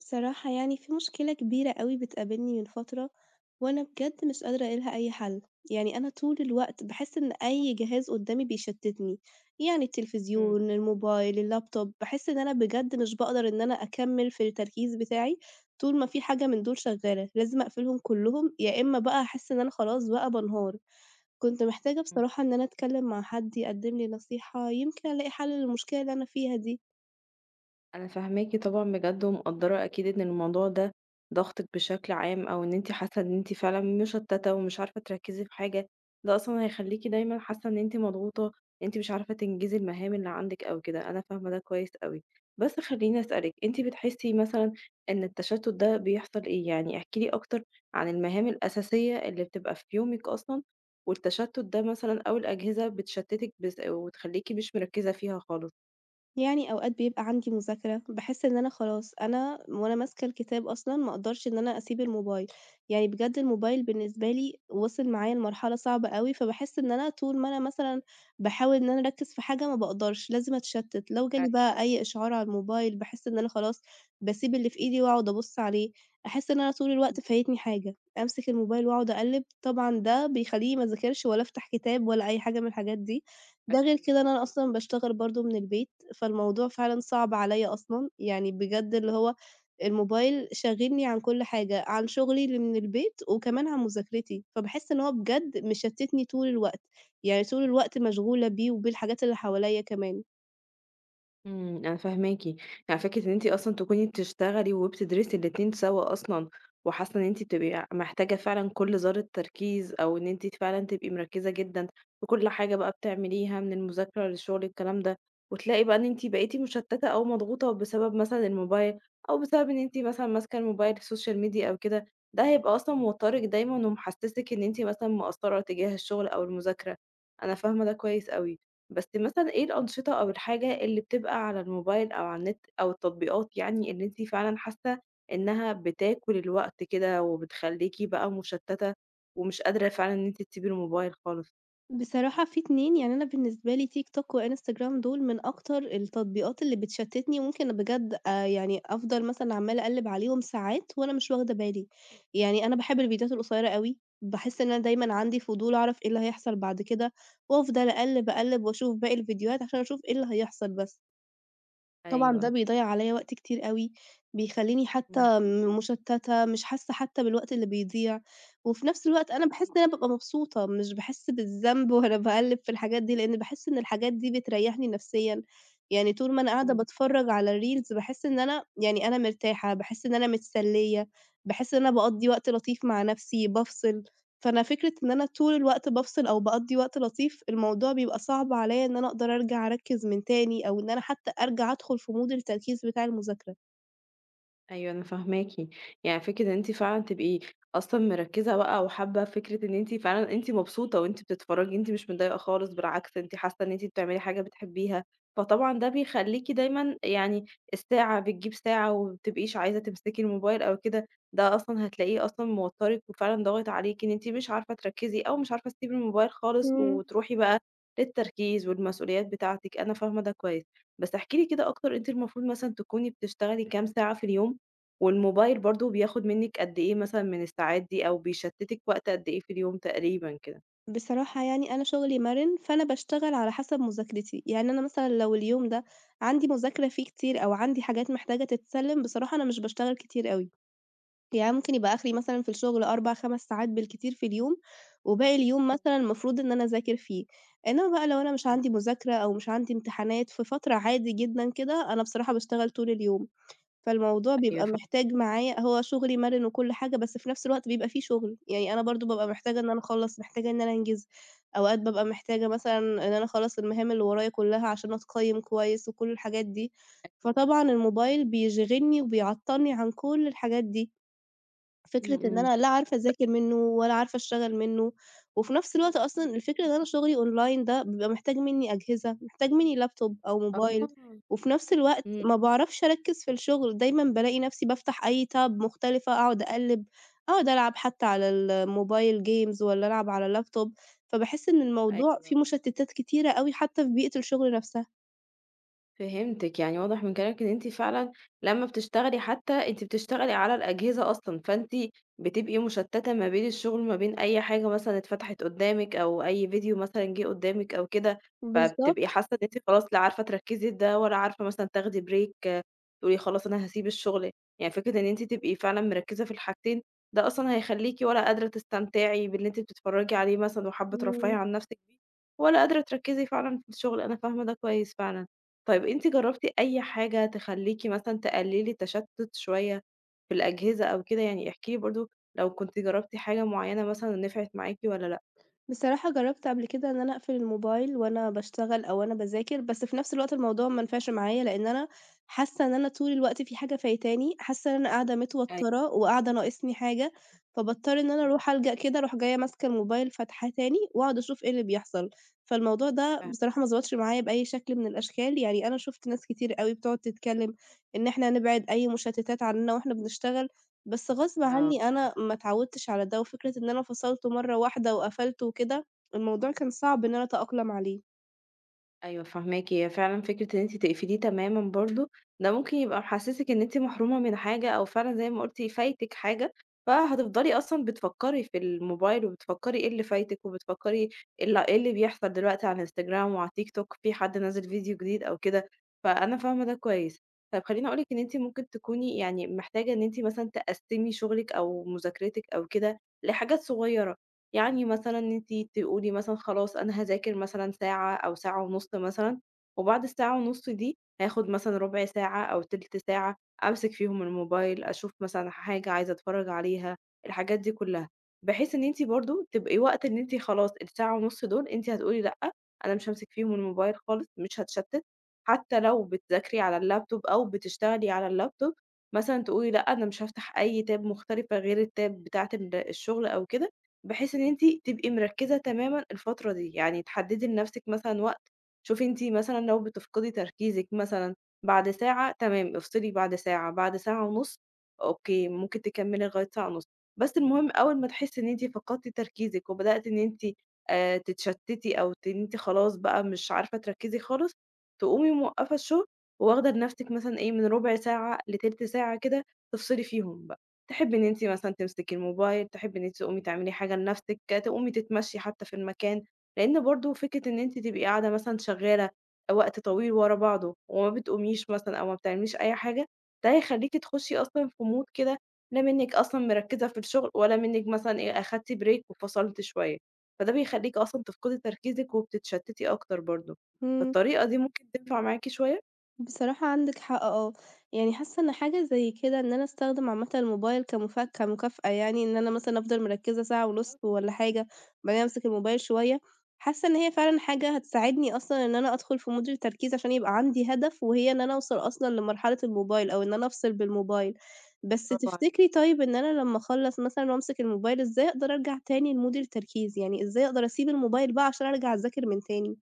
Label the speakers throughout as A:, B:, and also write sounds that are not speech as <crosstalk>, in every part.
A: بصراحة يعني في مشكلة كبيرة أوي بتقابلني من فترة، وأنا بجد مش قادرة ألاقي لها أي حل، يعني أنا طول الوقت باحس إن أي جهاز قدامي بيشتتني، يعني
B: إمم،
A: التلفزيون، الموبايل، اللابتوب، باحس إن أنا بجد مش باقدر إن أنا أكمل في التركيز بتاعي طول ما في حاجة من دول شغالة، لازم أقفلهم كلهم يا إما بقى هاحس إن أنا خلاص بقى بانهار، كنت محتاجة
B: إمم.
A: بصراحة إن أنا أتكلم مع حد يقدم لي نصيحة، يمكن ألاقي حل للمشكلة اللي أنا فيها دي.
B: أنا فاهماكِ طبعًا بجد ومقدّرة أكيد إن الموضوع ده ضاغطِك بشكل عام أو إن أنتِ حاسة إن أنتِ فعلًا مشتتة ومش عارفة تركّزي في حاجة، ده أصلًا هيخلّيكِ دايمًا حاسة إن أنتِ مضغوطة، أنتِ مش عارفة تنجزي المهام اللي عندِك أو كده، أنا فاهمة ده كويس أوي. بس خلّيني أسألِك، أنتِ بتحسي مثلًا إن التشتت ده بيحصل إيه؟ يعني احكي لي أكتر عن المهام الأساسية اللي بتبقى في يومِك أصلًا، والتشتت ده مثلًا أو الأجهزة بتشتتِك بس وتخلّيكِ مش مركّزة فيها خالص.
A: يعني أوقات بيبقى عندي مذاكرة، باحس إن أنا خلاص أنا وأنا ماسكة الكتاب أصلًا ما أقدرش إن أنا أسيب الموبايل، يعني بجد الموبايل بالنسبة لي وصل معايا لمرحلة صعبة أوي، فباحس إن أنا طول ما أنا مثلًا باحاول إن أنا أركّز في حاجة ما باقدرش، لازم أتشتت، لو جالي
B: أيوه.
A: بقى أي إشعار على الموبايل باحس إن أنا خلاص باسيب اللي في إيدي وأقعد أبُص عليه، أحس إن أنا طول الوقت فايتني حاجة، أمسك الموبايل وأقعد أقلّب، طبعًا ده بيخلّيني ما أذاكرش ولا أفتح كتاب ولا أي حاجة من الحاجات دي. ده غير
B: أكيد.
A: كده إن أنا أصلًا باشتغل برضه من البيت، فالموضوع فعلًا صعب عليّا أصلًا، يعني بجد اللي هو الموبايل شاغلني عن كل حاجة، عن شغلي اللي من البيت وكمان عن مذاكرتي، فباحس إن هو بجد مشتتني طول الوقت، يعني طول الوقت مشغولة بيه وبالحاجات اللي حواليّا كمان.
B: أنا فاهماكِ، يعني فكرة إن أنتِ أصلًا تكوني بتشتغلي وبتدرسي الاتنين سوا أصلًا، وحاسة إن أنتِ بتبقي محتاجة فعلًا كل ذرة تركيز، أو إن أنتِ فعلًا تبقي مركزة جدًا في كل حاجة بقى بتعمليها من المذاكرة للشغل الكلام ده، وتلاقي بقى إن أنتِ بقيتِ مشتتة أو مضغوطة بسبب مثلًا الموبايل، أو بسبب إن أنتِ مثلًا ماسكة الموبايل السوشيال ميديا أو كده، ده هيبقى أصلًا موترِك دايمًا ومحسسِك إن أنتِ مثلًا مقصرة تجاه الشغل أو المذاكرة، أنا فاهمة ده كويس أوي. بس مثلًا إيه الأنشطة أو الحاجة اللي بتبقى على الموبايل أو على النت أو التطبيقات يعني اللي أنتِ فعلًا حاسة إنها بتاكل الوقت كده وبتخلّيكِ بقى مشتتة ومش قادرة فعلًا إن أنتِ تسيبي الموبايل خالص؟
A: بصراحة في 2 يعني أنا بالنسبة لي تيك توك وإنستجرام دول من أكتر التطبيقات اللي بتشتتني، ممكن بجد يعني أفضل مثلًا عمّالة أقلِّب عليهم ساعات وأنا مش واخدة بالي، يعني أنا باحب الفيديوهات القصيرة أوي، باحس إن أنا دايمًا عندي فضول أعرف إيه اللي هيحصل بعد كده، وأفضل أقلِّب، أقلِّب وأشوف باقي الفيديوهات عشان أشوف إيه اللي هيحصل بس. طبعًا ده
B: أيوه،
A: بيضيّع عليّا وقت كتير أوي، بيخلّيني
B: إمم.
A: حتى مشتّتة، مش حاسة حتى بالوقت اللي بيضيع، وفي نفس الوقت أنا باحس إن
B: أكيد.
A: أنا بابقى مبسوطة، مش باحس بالذنب <laughs> وأنا باقلّب في الحاجات دي، لإن باحس إن الحاجات دي بتريّحني نفسيًا، يعني طول ما أنا قاعدة
B: إمم.
A: باتفرّج على الreels باحس إن أنا يعني أنا مرتاحة، باحس إن أنا متسلية، باحس إن أنا باقضّي وقت لطيف مع نفسي، بافصل. فأنا فكرة إن أنا طول الوقت بافصل أو باقضّي وقت لطيف، الموضوع بيبقى صعب عليّا إن أنا أقدر أرجع أركّز من تاني، أو إن أنا حتى أرجع أدخل في mood التركيز بتاع المذاكرة.
B: أيوه أنا فاهماكِ، يعني فكرة إن أنتِ فعلًا تبقي أصلًا مركّزة بقى وحابة فكرة إن أنتِ فعلًا أنتِ مبسوطة وأنتِ بتتفرّجي، أنتِ مش متضايقة خالص بالعكس أنتِ حاسة إن أنتِ بتعملي حاجة بتحبيها، فطبعًا ده بيخلّيكِ دايمًا يعني الساعة بتجيب ساعة وما بتبقيش عايزة تمسكي الموبايل أو كده، ده أصلًا هتلاقيه أصلًا موتّرِك وفعلًا ضاغط عليكِ إن أنتِ مش عارفة تركّزي أو مش عارفة تسيبي الموبايل خالص
A: إمم.
B: وتروحي بقى للتركيز والمسؤوليات بتاعتِك، أنا فاهمة ده كويس. بس احكي لي كده أكتر أنتِ المفروض مثلًا تكوني بتشتغلي كام ساعة في اليوم؟ والموبايل برضه بياخد منِّك قد إيه مثلًا من الساعات دي، أو بيشتِّتِك وقت قد إيه في اليوم تقريبًا كده؟
A: بصراحة يعني أنا شغلي مَرِن، فأنا باشتغل على حسب مذاكرتي، يعني أنا مثلًا لو اليوم ده عندي مذاكرة فيه كتير أو عندي حاجات محتاجة تتسلّم، بصراحة أنا مش باشتغل كتير أوي. يعني ممكن يبقى آخري مثلًا في الشغل 4، 5 ساعات بالكتير في اليوم، وباقي اليوم مثلًا المفروض إن أنا أذاكر فيه، إنما بقى لو أنا مش
B: إمم،
A: عندي مذاكرة أو مش عندي امتحانات في فترة عادي جدًا كده، أنا بصراحة باشتغل طول اليوم، فالموضوع
B: أيوه
A: بيبقى
B: فاهماكِ
A: محتاج معايا هو شغلي مرن وكل حاجة، بس في نفس الوقت بيبقى في شغل، يعني أنا برضه بابقى محتاجة إن أنا أخلّص، محتاجة إن أنا أنجز، أوقات بابقى محتاجة مثلًا إن أنا أخلّص المهام اللي ورايا كلها عشان أتقيّم كويس وكل الحاجات دي،
B: أكيد.
A: فطبعًا الموبايل بيشغلني وبيعطّلني عن كل الحاجات دي.
B: إمم،
A: فكرة إن
B: إمم.
A: أنا لا عارفة أذاكر منّه ولا عارفة أشتغل منّه، وفي نفس الوقت أصلًا الفكرة إن أنا شغلي أونلاين ده بيبقى محتاج منّي أجهزة، محتاج منّي لابتوب أو
B: آه،
A: موبايل،
B: إمم،
A: وفي نفس الوقت ما
B: إمم،
A: باعرفش أركّز في الشغل، دايمًا بالاقي نفسي بافتح أي tab مختلفة أقعد أقلّب، أقعد ألعب حتى على الموبايل games والّا ألعب على اللابتوب، فباحس إن الموضوع فيه
B: أيوه.
A: مشتتات كتيرة أوي حتى في بيئة الشغل نفسها.
B: فهمتِك، يعني واضح من كلامِك إن أنتِ فعلًا لمّا بتشتغلي حتى أنتِ بتشتغلي على الأجهزة أصلًا، فأنتِ بتبقي مشتتة ما بين الشغل ما بين أي حاجة مثلًا اتفتحت قدامِك أو أي فيديو مثلًا جه قدامِك أو كده، فبتبقي
A: بالضبط،
B: حاسة إن أنتِ خلاص لا عارفة تركزي في ده ولا عارفة مثلًا تاخدي break تقولي خلاص أنا هاسيب الشغل، يعني فكرة إن أنتِ تبقي فعلًا مركزة في الحاجتين ده أصلًا هيخليكِ ولا قادرة تستمتعي باللي أنتِ بتتفرجي عليه مثلًا وحابة ترفهي
A: إمم.
B: عن نفسِك بيه، ولا قادرة تركزي فعلًا في الشغل، أنا فاهمة ده كويس فعلًا. طيب أنتِ جرّبتِ أي حاجة تخلّيكِ مثلًا تقلّلي التشتُّت شوية في الأجهزة أو كده؟ يعني احكي لي برضه لو كنتِ جرّبتِ حاجة معيّنة مثلًا ونفعت معاكِ والّا لأ؟
A: بصراحة جرّبت قبل كده إن أنا أقفل الموبايل وأنا باشتغل أو وأنا باذاكر، بس في نفس الوقت الموضوع ما نفعش معايا، لإن أنا حاسة إن أنا طول الوقت في حاجة فايتاني، حاسة إن أنا قاعدة متوترة
B: أيوه.
A: وقاعدة ناقصني حاجة، فباضطر إن أنا
B: إمم،
A: أروح ألجأ كده، أروح جاية ماسكة الموبايل فاتحاه تاني وأقعد أشوف إيه اللي بيحصل، فالموضوع ده
B: فاهماكِ.
A: بصراحة ما ضبطش معايا بأي شكل من الأشكال، يعني أنا شُفت ناس كتير أوي بتقعد تتكلم إن إحنا نبعد أي مشتتات عننا وإحنا بنشتغل. بس غصب
B: آه.
A: عني أنا ما اتعودتش على ده، وفكرة إن أنا فصلته مرّة واحدة وقفلته وكده، الموضوع كان صعب إن أنا أتأقلم عليه.
B: أيوه فاهماكِ، هي فعلًا فكرة إن أنتِ تقفليه تمامًا برضه، ده ممكن يبقى محسسِك إن أنتِ محرومة من حاجة أو فعلًا زي ما قُلتِ فايتِك حاجة، فهتفضلي أصلًا بتفكّري في الموبايل وبتفكّري إيه اللي فايتِك، وبتفكّري إيه اللي بيحصل دلوقتي على الإنستجرام وعلى التيك توك، في حد نزِّل فيديو جديد أو كده، فأنا فاهمة ده كويس. طيب خلّيني أقول لِك إن أنتِ ممكن تكوني يعني محتاجة إن أنتِ مثلًا تقسّمي شغلِك أو مذاكرتِك أو كده لحاجات صغيّرة. يعني مثلًا أنتِ تقولي مثلًا خلاص أنا هاذاكر مثلًا ساعة أو ساعة ونُص مثلًا، وبعد الساعة ونُص دي هاخد مثلًا ربع ساعة أو تِلت ساعة أمسك فيهم الموبايل، أشوف مثلًا حاجة عايزة أتفرّج عليها، الحاجات دي كلّها، بحيث إن أنتِ برضه تبقي وقت إن أنتِ خلاص الساعة ونُص دول أنتِ هتقولي لأ، أنا مش هامسك فيهم الموبايل خالص، مش هاتشتت، حتى لو بتذاكري على اللابتوب أو بتشتغلي على اللابتوب مثلًا تقولي لأ، أنا مش هافتح أي تاب مختلفة غير التاب بتاعة الشغل أو كده. بحيث إن أنتِ تبقي مركّزة تمامًا الفترة دي، يعني تحدّدي لنَفْسِك مثلًا وقت، شوفي أنتِ مثلًا لو بتفقدي تركيزِك مثلًا بعد ساعة تمام، افصلي بعد ساعة، بعد ساعة ونُص أوكي، ممكن تكمّلي لغاية ساعة ونُص، بس المهم أول ما تحسّي إن أنتِ فقدتِ تركيزِك وبدأتِ إن أنتِ تتشتّتي أو إن أنتِ خلاص بقى مش عارفة تركّزي خالص، تقومي موقّفة الشُغل وواخدة لنَفْسِك مثلًا إيه، من رُبع ساعة لتِلت ساعة كده تفصلي فيهم. تحبي إن أنتِ مثلًا تمسكي الموبايل، تحبي إن أنتِ تقومي تعملي حاجة لنفسِك، تقومي تتمشي حتى في المكان، لإن برضه فكرة إن أنتِ تبقي قاعدة مثلًا شغالة وقت طويل ورا بعضه وما بتقوميش مثلًا أو ما بتعمليش أي حاجة، ده هيخلّيكِ تخشي أصلًا في mood كده لا منِّك أصلًا مركّزة في الشغل ولا منِّك مثلًا إيه أخدتِ break وفصلتِ شوية، فده بيخلّيكِ أصلًا تفقدي تركيزِك وبتتشتتي أكتر برضه،
A: إمم.
B: فالطريقة دي ممكن تنفع معاكِ شوية؟
A: بصراحة عندِك حق آه، يعني حاسة إن حاجة زي كده إن أنا أستخدم عامةً الموبايل كمكافأة يعني، إن أنا مثلًا أفضل مركزة ساعة ونص
B: بالضبط،
A: والّا حاجة، وبعدين أمسك الموبايل شوية، حاسة إن هي فعلًا حاجة هتساعدني أصلًا إن أنا أدخل في mood التركيز عشان يبقى عندي هدف، وهي إن أنا أوصل أصلًا لمرحلة الموبايل أو إن أنا أفصل بالموبايل. بس
B: برافو عليكِ.
A: تفتكري طيب إن أنا لمّا أخلّص مثلًا وأمسك الموبايل إزاي أقدر أرجع تاني لmood التركيز؟ يعني إزاي أقدر أسيب الموبايل بقى عشان أرجع أذاكر من تاني؟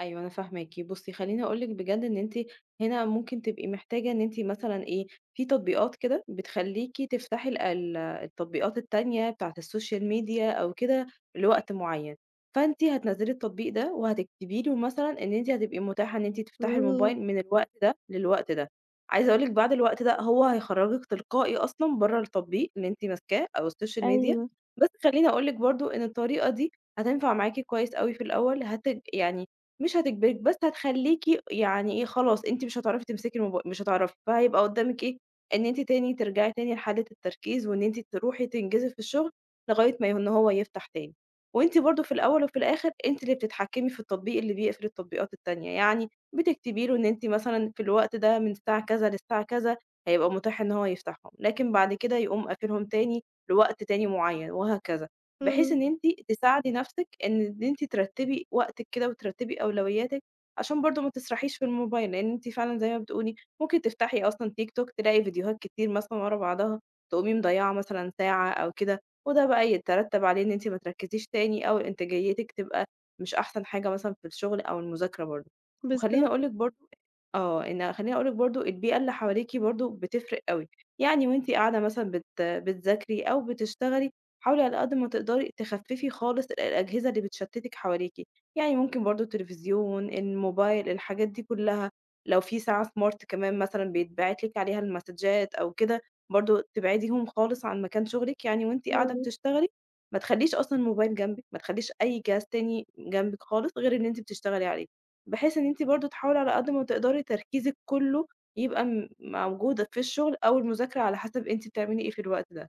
B: أيوه أنا فاهماكِ. بُصّي، خلّيني أقول لِك بجد إن أنتِ هنا ممكن تبقي محتاجة إن أنتِ مثلًا إيه، في تطبيقات كده بتخلّيكِ تفتحي ال التطبيقات التانية بتاعة السوشيال ميديا أو كده لوقت معيّن، فأنتِ هتنزّلي التطبيق ده وهتكتبي له مثلًا إن أنتِ هتبقي متاحة إن أنتِ تفتحي
A: إمم،
B: الموبايل من الوقت ده للوقت ده. عايزة أقول لِك بعد الوقت ده هو هيخرّجِك تلقائي أصلًا برّه التطبيق اللي أنتِ ماسكاه أو السوشيال ميديا،
A: أيوه،
B: بس خلّيني أقول لِك برضه إن الطريقة دي هتنفع معاكِ كويس أوي في الأول، يعني مش هتجبرِك، بس هتخلّيكِ يعني إيه، خلاص أنتِ مش هتعرفي تمسكي الموبايل، مش هتعرفي، فهيبقى قدّامِك إيه، إن أنتِ تاني ترجعي تاني لحالة التركيز، وإن أنتِ تروحي تنجزي في الشغل لغاية ما إن هو يفتح تاني، وأنتِ برضه في الأول وفي الآخر أنتِ اللي بتتحكمي في التطبيق اللي بيقفل التطبيقات التانية، يعني بتكتبي له إن أنتِ مثلًا في الوقت ده من الساعة كذا للساعة كذا هيبقى متاح إن هو يفتحهم، لكن بعد كده يقوم قافلهم تاني لوقت تاني معيّن وهكذا. بحيث
A: إمم،
B: إن أنتِ تساعدي نَفْسِك إن أنتِ ترتّبي وقتِك كده وترتّبي أولوياتِك، عشان برضه ما تسرحيش في الموبايل، لإن أنتِ فعلًا زي ما بتقولي ممكن تفتحي أصلًا TikTok تلاقي فيديوهات كتير مثلًا ورا بعضها، تقومي مضيّعة مثلًا ساعة أو كده، وده بقى يترتّب عليه إن أنتِ ما تركّزيش تاني أو إنتاجيتِك تبقى مش أحسن حاجة مثلًا في الشغل أو المذاكرة برضه. وخلّيني
A: بالضبط.
B: أقول لِك برضه آه، إن خلّيني أقول لِك برضه البيئة اللي حواليكِ برضه بتفرق أوي، يعني وأنتِ قاعدة مثلًا بتذاكري أو بتشتغلي حاولي على قد ما تقدري تخففي خالص ال- الأجهزة اللي بتشتتِك حواليكِ، يعني ممكن برضه التلفزيون، الموبايل، الحاجات دي كلها، لو في ساعة smart كمان مثلًا بيتبعت لِك عليها المسدجات أو كده، برضه تبعديهم خالص عن مكان شغلِك يعني وأنتِ قاعدة
A: إمم،
B: بتشتغلي، ما تخلّيش أصلًا الموبايل جنبِك، ما تخلّيش أي جهاز تاني جنبِك خالص غير اللي أنتِ بتشتغلي عليه، بحيث إن أنتِ برضه تحاولي على قد ما تقدري تركيزِك كله يبقى موجود في الشغل أو المذاكرة على حسب أنتِ بتعملي إيه في الوقت ده.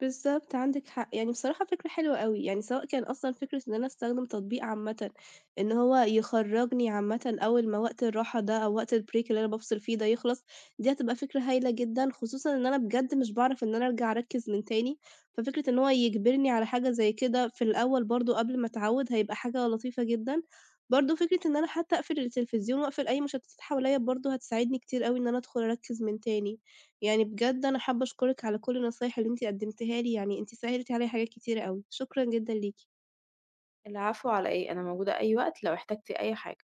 A: بالضبط عندِك حق، يعني بصراحة فكرة حلوة أوي، يعني سواء كان أصلًا فكرة إن أنا أستخدم تطبيق عامةً، إن هو يخرّجني عامةً أول ما وقت الراحة ده أو وقت الbreak اللي أنا بافصل فيه ده يخلص، دي هتبقى فكرة هايلة جدًا، خصوصًا إن أنا بجد مش باعرف إن أنا أرجع أركّز من تاني، ففكرة إن هو يجبرني على حاجة زي كده في الأول برضه قبل ما أتعوّد هيبقى حاجة لطيفة جدًا، برضه فكرة إن أنا حتى أقفل التلفزيون وأقفل أي مشتتات حواليّا برضه هتساعدني كتير أوي إن أنا أدخل أركّز من تاني. يعني بجد أنا حابة أشكرِك على كل النصايح اللي أنتِ قدّمتيها لي، يعني أنتِ سهّلتِ عليَّ حاجات كتيرة أوي، شكرًا جدًا ليكِ.
B: العفو على إيه، أنا موجودة أي وقت لو احتجتِ أي حاجة.